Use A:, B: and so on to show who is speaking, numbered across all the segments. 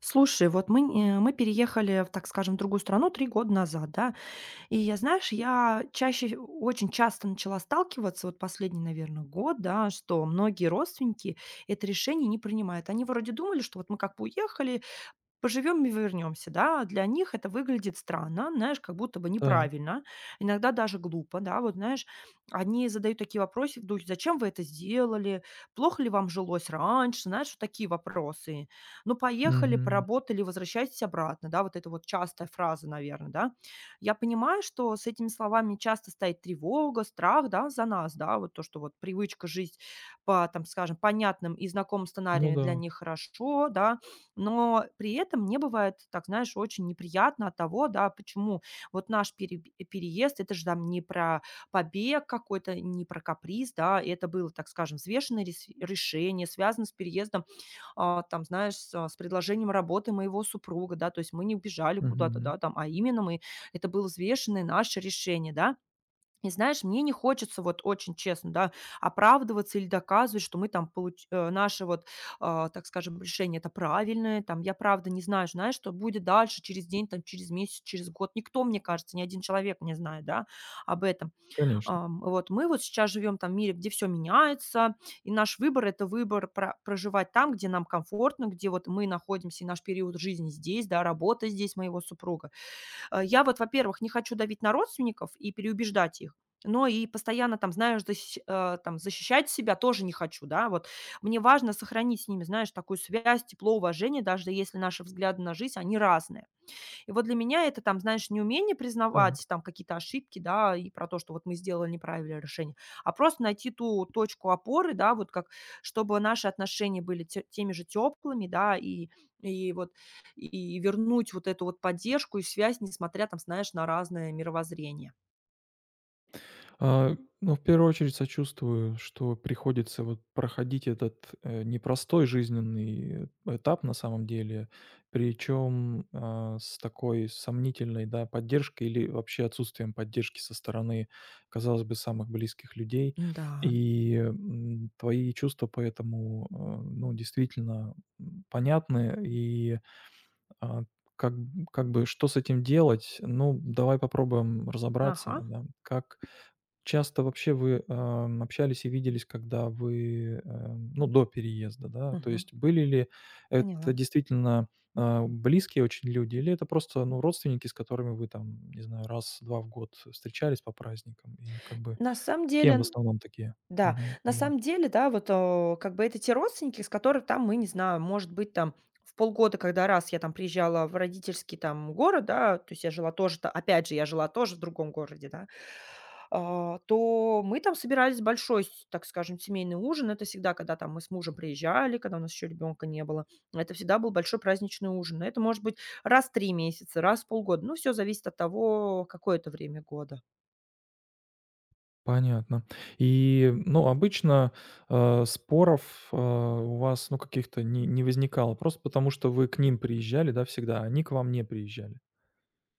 A: Слушай, вот мы, не мы переехали, в, так скажем, в другую страну 3 года назад, да. И я, знаешь, я чаще, очень часто начала сталкиваться, вот последний, наверное, год, да, что многие родственники это решение не принимают. Они вроде думали, что вот мы как бы уехали, поживем и вернемся, да. Для них это выглядит странно, знаешь, как будто бы
B: Так.
A: неправильно, иногда даже глупо, да. Вот знаешь, они задают такие вопросы в духе: "Зачем вы это сделали? Плохо ли вам жилось раньше?" Знаешь, вот такие вопросы. Ну, поехали,
B: Мгм.
A: поработали, возвращайтесь обратно, да. Вот это вот частая фраза, наверное, да. Я понимаю, что с этими словами часто стоит тревога, страх, да, за нас, да. Вот то, что вот привычка жить по, там, скажем, понятным и знакомым
B: Ну
A: сценариям
B: да.
A: для них хорошо, да, но при этом мне бывает, так знаешь, очень неприятно от того, да, почему вот наш пере переезд- это же там не про побег какой-то, не про каприз, да, это было, так скажем, взвешенное рес решение, связано с переездом, а, там, знаешь, с а, с предложением работы моего супруга, да, то есть мы не убежали куда-то,
B: Мгм.
A: да, там, а именно мы это было взвешенное наше решение, да. И знаешь, мне не хочется, вот очень честно, да, оправдываться или доказывать, что мы там получ наше вот, а, так скажем, решение это правильное. Там я правда не знаю, знаешь, что будет дальше, через день, там, через месяц, через год. Никто, мне кажется, ни один человек не знает, да, об этом.
B: Конечно.
A: Вот мы вот сейчас живем там в мире, где все меняется, и наш выбор это выбор про- проживать там, где нам комфортно, где вот мы находимся и наш период жизни здесь, да, работа здесь моего супруга. Я вот, во-первых, не хочу давить на родственников и переубеждать их, но и постоянно там, знаешь, защищ там защищать себя тоже не хочу, да, вот. Мне важно сохранить с ними, знаешь, такую связь, тепло, уважение, даже если наши взгляды на жизнь, они разные. И вот для меня это там, знаешь, не умение
B: Так.
A: признавать там какие-то ошибки, да, и про то, что вот мы сделали неправильное решение, а просто найти ту точку опоры, да, вот как, чтобы наши отношения были те- теми же теплыми, да, и вот, и вернуть вот эту вот поддержку и связь, несмотря там, знаешь, на разное мировоззрение.
B: Ну, в первую очередь сочувствую, что приходится вот проходить этот, непростой жизненный этап на самом деле, причем, с такой сомнительной, да, поддержкой или вообще отсутствием поддержки со стороны, казалось бы, самых близких людей.
A: Да,
B: И, твои чувства поэтому, ну, действительно, понятны. И А, как как бы что с этим делать? Ну, давай попробуем разобраться,
A: ага,
B: да. Как часто вообще вы, общались и виделись, когда вы, ну, до переезда, да? То
A: мгм,
B: есть были ли это
A: поняла.
B: действительно, близкие очень люди или это просто, ну, родственники, с которыми вы там, не знаю, раз-два в год встречались по праздникам? И как бы
A: На самом
B: с кем в
A: деле,
B: основном такие?
A: да,
B: Мгм.
A: на самом деле, да, вот, как бы это те родственники, с которых там мы, не знаю, может быть, там в полгода, когда раз я там приезжала в родительский там город, да, то есть я жила тоже, та- опять же, я жила тоже в другом городе, да, а, то мы там собирались большой, с- так скажем, семейный ужин. Это всегда, когда там мы с мужем приезжали, когда у нас еще ребенка не было. Это всегда был большой праздничный ужин. Это может быть раз в три месяца, раз в полгода. Ну, все зависит от того, какое это время года.
B: Понятно. И, ну, обычно, споров, у вас, ну, каких-то не возникало, просто потому что вы к ним приезжали, да, всегда, а они к вам не приезжали?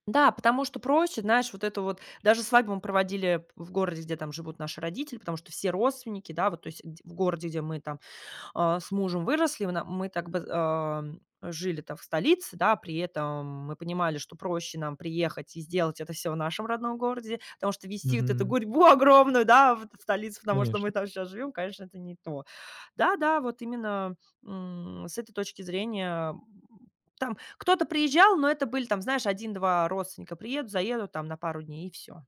A: Да, потому что проще, знаешь, вот это вот даже свадьбу мы проводили в городе, где там живут наши родители, потому что все родственники, да, вот, то есть д в городе, где мы там а, с мужем выросли, мы на мы так бы, жили там в столице, да, при этом мы понимали, что проще нам приехать и сделать это все в нашем родном городе, потому что вести вот эту
B: Мгм.
A: гурьбу огромную, да, в столицу, потому что мы
B: Конечно,
A: там сейчас живем, конечно, это не то. Да-да, вот именно, с этой точки зрения, там кто-то приезжал, но это были там, знаешь, один-два родственника приедут, заедут там на пару дней и все.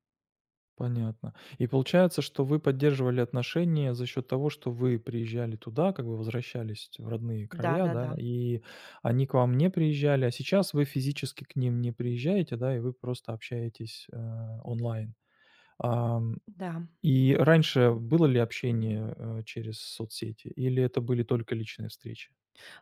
B: понятно. И получается, что вы поддерживали отношения за счет того, что вы приезжали туда, как бы возвращались в родные края, да, и они к вам не приезжали, а сейчас вы физически к ним не приезжаете, да, и вы просто общаетесь, онлайн.
A: Да, да, да, да.
B: И раньше было ли общение, через соцсети или это были только личные встречи?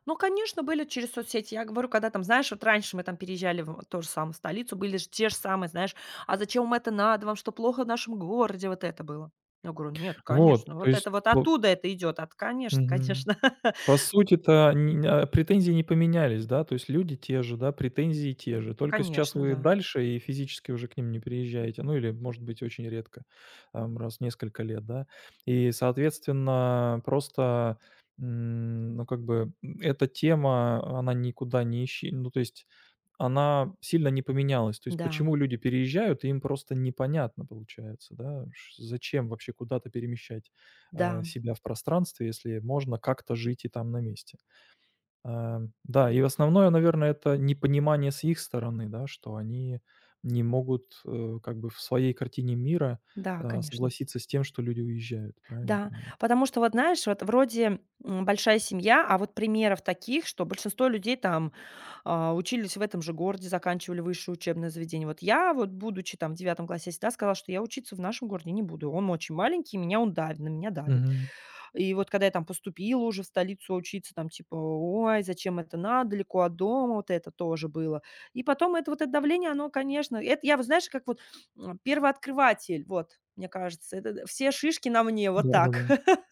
A: Ну, конечно, были через соцсети. Я говорю, когда там, знаешь, вот раньше мы там переезжали в ту же самую столицу, были же те же самые, знаешь, а зачем вам это надо, вам что плохо в нашем городе, вот это было. Я говорю, нет,
B: Вот,
A: конечно,
B: то
A: вот это
B: есть
A: вот
B: по
A: оттуда это идет, от, конечно,
B: мгм.
A: конечно,
B: По сути-то претензии не поменялись, да, то есть люди те же, да, претензии те же, только сейчас
A: конечно,
B: вы
A: да,
B: дальше и физически уже к ним не приезжаете, ну или, может быть, очень редко, там раз в несколько лет, да. И, соответственно, просто, ну, как бы, эта тема, она никуда не исче ну, то есть она сильно не поменялась. То есть
A: да,
B: почему люди переезжают, им просто непонятно получается, да, ш зачем вообще куда-то перемещать,
A: да,
B: себя в пространстве, если можно как-то жить и там на месте. Да, и основное, наверное, это непонимание с их стороны, да, что они не могут, как бы в своей картине мира,
A: да, конечно.
B: согласиться с тем, что люди уезжают. Правильно
A: Да,
B: понимаю?
A: потому что вот знаешь, вот вроде, большая семья, а вот примеров таких, что большинство людей там, а, учились в этом же городе, заканчивали высшее учебное заведение. Вот я вот, будучи там в девятом классе, я всегда сказала, что я учиться в нашем городе не буду. Он очень маленький, меня он давит, на меня давит.
B: Мгм.
A: И вот когда я там поступила уже в столицу учиться, там типа: "Ой, зачем это надо, далеко от дома". Вот это тоже было. И потом это вот это давление, оно, конечно, это я вот, знаешь, как вот, первооткрыватель, вот, мне кажется. Это д все шишки на мне, вот
B: Да-да-да.
A: так.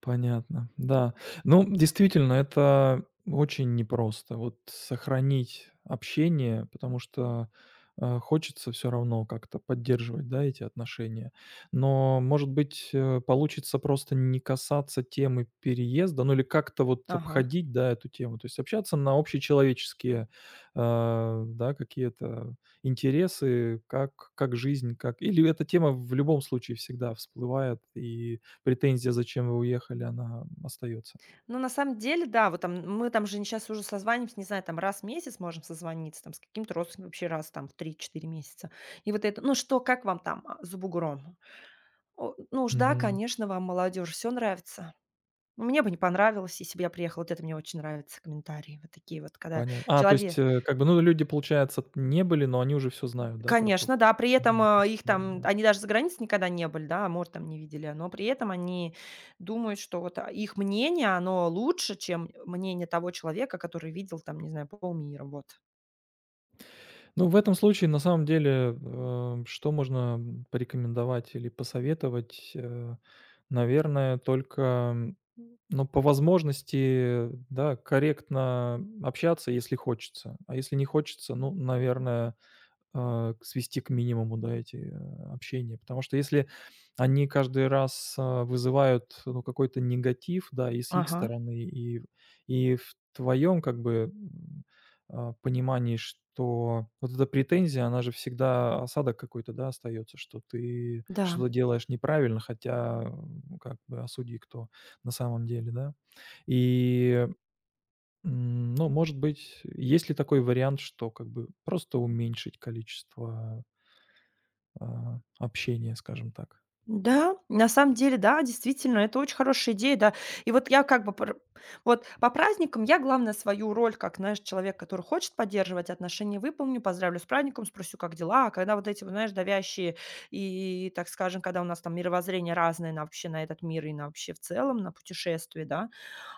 B: Понятно, да. Ну, действительно, это очень непросто. Вот сохранить общение, потому что, хочется все равно как-то поддерживать, да, эти отношения. Но, может быть, получится просто не касаться темы переезда, ну, или как-то вот
A: Ага.
B: обходить, да, эту тему. То есть общаться на общечеловеческие, да, какие-то интересы, как жизнь, как или эта тема в любом случае всегда всплывает и претензия, зачем вы уехали, она остается.
A: Ну, на самом деле, да, вот там мы там же сейчас уже созваниваемся, не знаю, там раз в месяц можем созвониться, там с каким-то родственником вообще раз там в три-четыре месяца. И вот это: "Ну что, как вам там, а, за бугром? О, ну уж да,
B: Мгм.
A: конечно, вам, молодежь, все нравится. Ну, мне бы не понравилось, если бы я приехала". Вот это мне очень нравятся комментарии. Вот такие вот, когда
B: Понятно. То есть,
A: человек
B: как бы, ну, люди, получается, не были, но они уже все знают, да, про то, как
A: конечно, да, при этом,
B: Мгм.
A: а, их там
B: Да-да.
A: они даже за границей никогда не были, да, море там не видели, но при этом они думают, что вот, а, их мнение, оно лучше, чем мнение того человека, который видел там, не знаю, полмира. Вот.
B: Ну, в этом случае, на самом деле, что можно, порекомендовать или посоветовать? Наверное, только, м, ну, по возможности, да, корректно общаться, если хочется. А если не хочется, ну, наверное, а, к свести к минимуму, да, эти, общения. Потому что если они каждый раз, вызывают, ну, какой-то негатив, да, и с их
A: Ага.
B: стороны, и в твоем, как бы, понимании, что вот эта претензия, она же всегда осадок какой-то, да, остается, что ты
A: Да.
B: что-то делаешь неправильно, хотя, как бы, а судьи кто на самом деле, да? И ну, может быть, есть ли такой вариант, что как бы просто уменьшить количество, общения, скажем так?
A: Да, на самом деле, да, действительно, это очень хорошая идея, да. И вот я как бы пр вот по праздникам я, главное, свою роль, как, знаешь, человек, который хочет поддерживать отношения, выполню, поздравлю с праздником, спросю, как дела. А когда вот эти, вот, знаешь, давящие и, так скажем, когда у нас там мировоззрение разное на вообще на этот мир и на вообще в целом, на путешествие, да,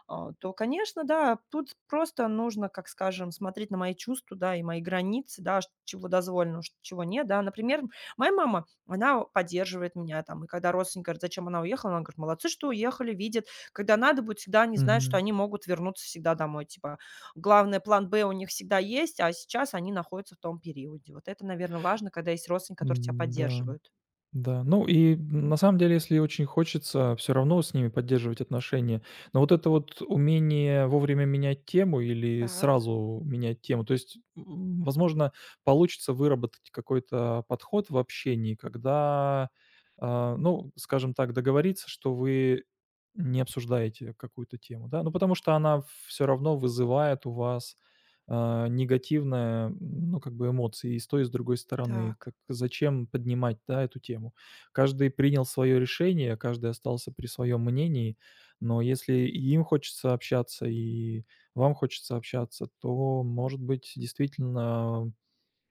A: а, то, конечно, да, тут просто нужно, как скажем, смотреть на мои чувства, да, и мои границы, да, ш- чего дозволено, ш- чего нет, да. Например, моя мама, она поддерживает меня там, и когда родственник говорит, зачем она уехала, она говорит, молодцы, что уехали, видят, когда надо будет, всегда они знают, что
B: Мгм.
A: они могут вернуться всегда домой, типа, главное, план Б у них всегда есть, а сейчас они находятся в том периоде. Вот это, наверное, важно, когда есть родственники, которые тебя
B: М-да.
A: поддерживают.
B: Да, ну и на самом деле, если очень хочется, все равно с ними поддерживать отношения. Но вот это вот умение вовремя менять тему или
A: Так,
B: сразу менять тему, то есть, возможно, получится выработать какой-то подход в общении, когда, ну, скажем так, договориться, что вы не обсуждаете какую-то тему, да. Ну, потому что она все равно вызывает у вас негативная, ну, как бы эмоции и с той, и с другой стороны. Так
A: так,
B: зачем поднимать, да, эту тему? Каждый принял свое решение, каждый остался при своем мнении, но если и им хочется общаться, и вам хочется общаться, то, может быть, действительно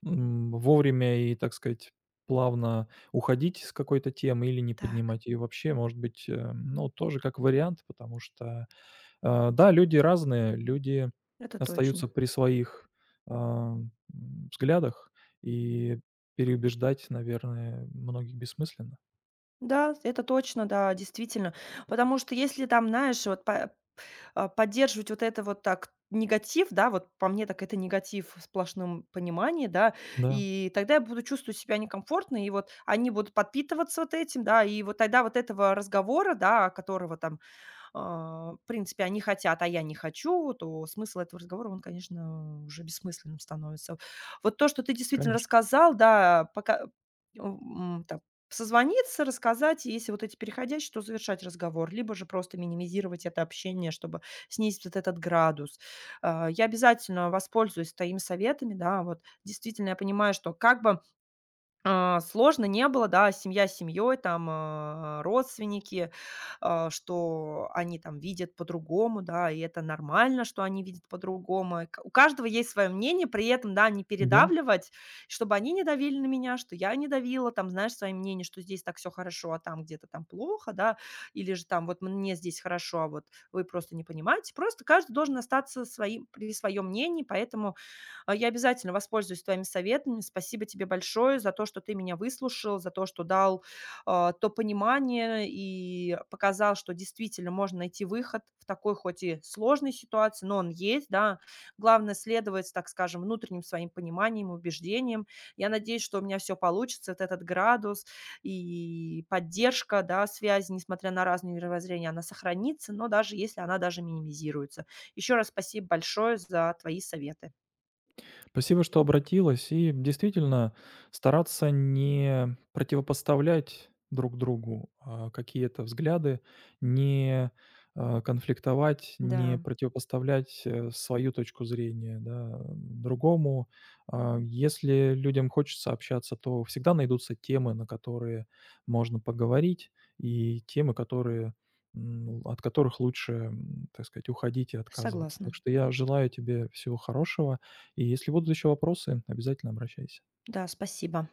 B: вовремя и, так сказать, плавно уходить с какой-то темы или не
A: так.
B: поднимать ее вообще, может быть, ну, тоже как вариант, потому что Да, люди разные, люди
A: Это
B: остаются
A: точно.
B: при своих, а, м, взглядах, и переубеждать, наверное, многих бессмысленно.
A: Да, это точно, да, действительно. Потому что если там, знаешь, вот по а, поддерживать вот это вот так негатив, да, вот по мне так это негатив в сплошном понимании, да,
B: Да,
A: и тогда я буду чувствовать себя некомфортно, и вот они будут подпитываться вот этим, да, и вот тогда вот этого разговора, да, которого там а, в принципе, они хотят, а я не хочу, то смысл этого разговора, он, конечно, уже бессмысленным становится. Вот то, что ты действительно
B: конечно.
A: рассказал, да, пока там созвониться, рассказать, и если вот эти переходящие, то завершать разговор, либо же просто минимизировать это общение, чтобы снизить вот этот градус. А, я обязательно воспользуюсь твоими советами, да, вот действительно я понимаю, что как бы а, сложно не было, да, семья с семьей, там, а, родственники, а, что они там видят по-другому, да, и это нормально, что они видят по-другому. И к- У каждого есть свое мнение, при этом, да, не
B: Да.
A: передавливать, чтобы они не давили на меня, что я не давила, там, знаешь, свое мнение, что здесь так все хорошо, а там где-то там плохо, да, или же там вот мне здесь хорошо, а вот вы просто не понимаете. Просто каждый должен остаться своим, при своем мнении, поэтому а, я обязательно воспользуюсь твоими советами. Спасибо тебе большое за то, что ты меня выслушал, за то, что дал, а, то понимание и показал, что действительно можно найти выход в такой хоть и сложной ситуации, но он есть, да. Главное следовать, так скажем, внутренним своим пониманием, убеждениям. Я надеюсь, что у меня все получится, вот этот градус и поддержка, да, связи, несмотря на разные мировоззрения, она сохранится, но даже если она даже минимизируется. Еще раз спасибо большое за твои советы.
B: Спасибо, что обратилась. И действительно, стараться не противопоставлять друг другу какие-то взгляды, не конфликтовать, не
A: Да.
B: противопоставлять свою точку зрения, да, другому. Если людям хочется общаться, то всегда найдутся темы, на которые можно поговорить, и темы, от которых лучше, так сказать, уходить и отказываться. Так
A: Согласна.
B: что я желаю тебе всего хорошего, и если будут еще вопросы, обязательно обращайся.
A: Да, спасибо.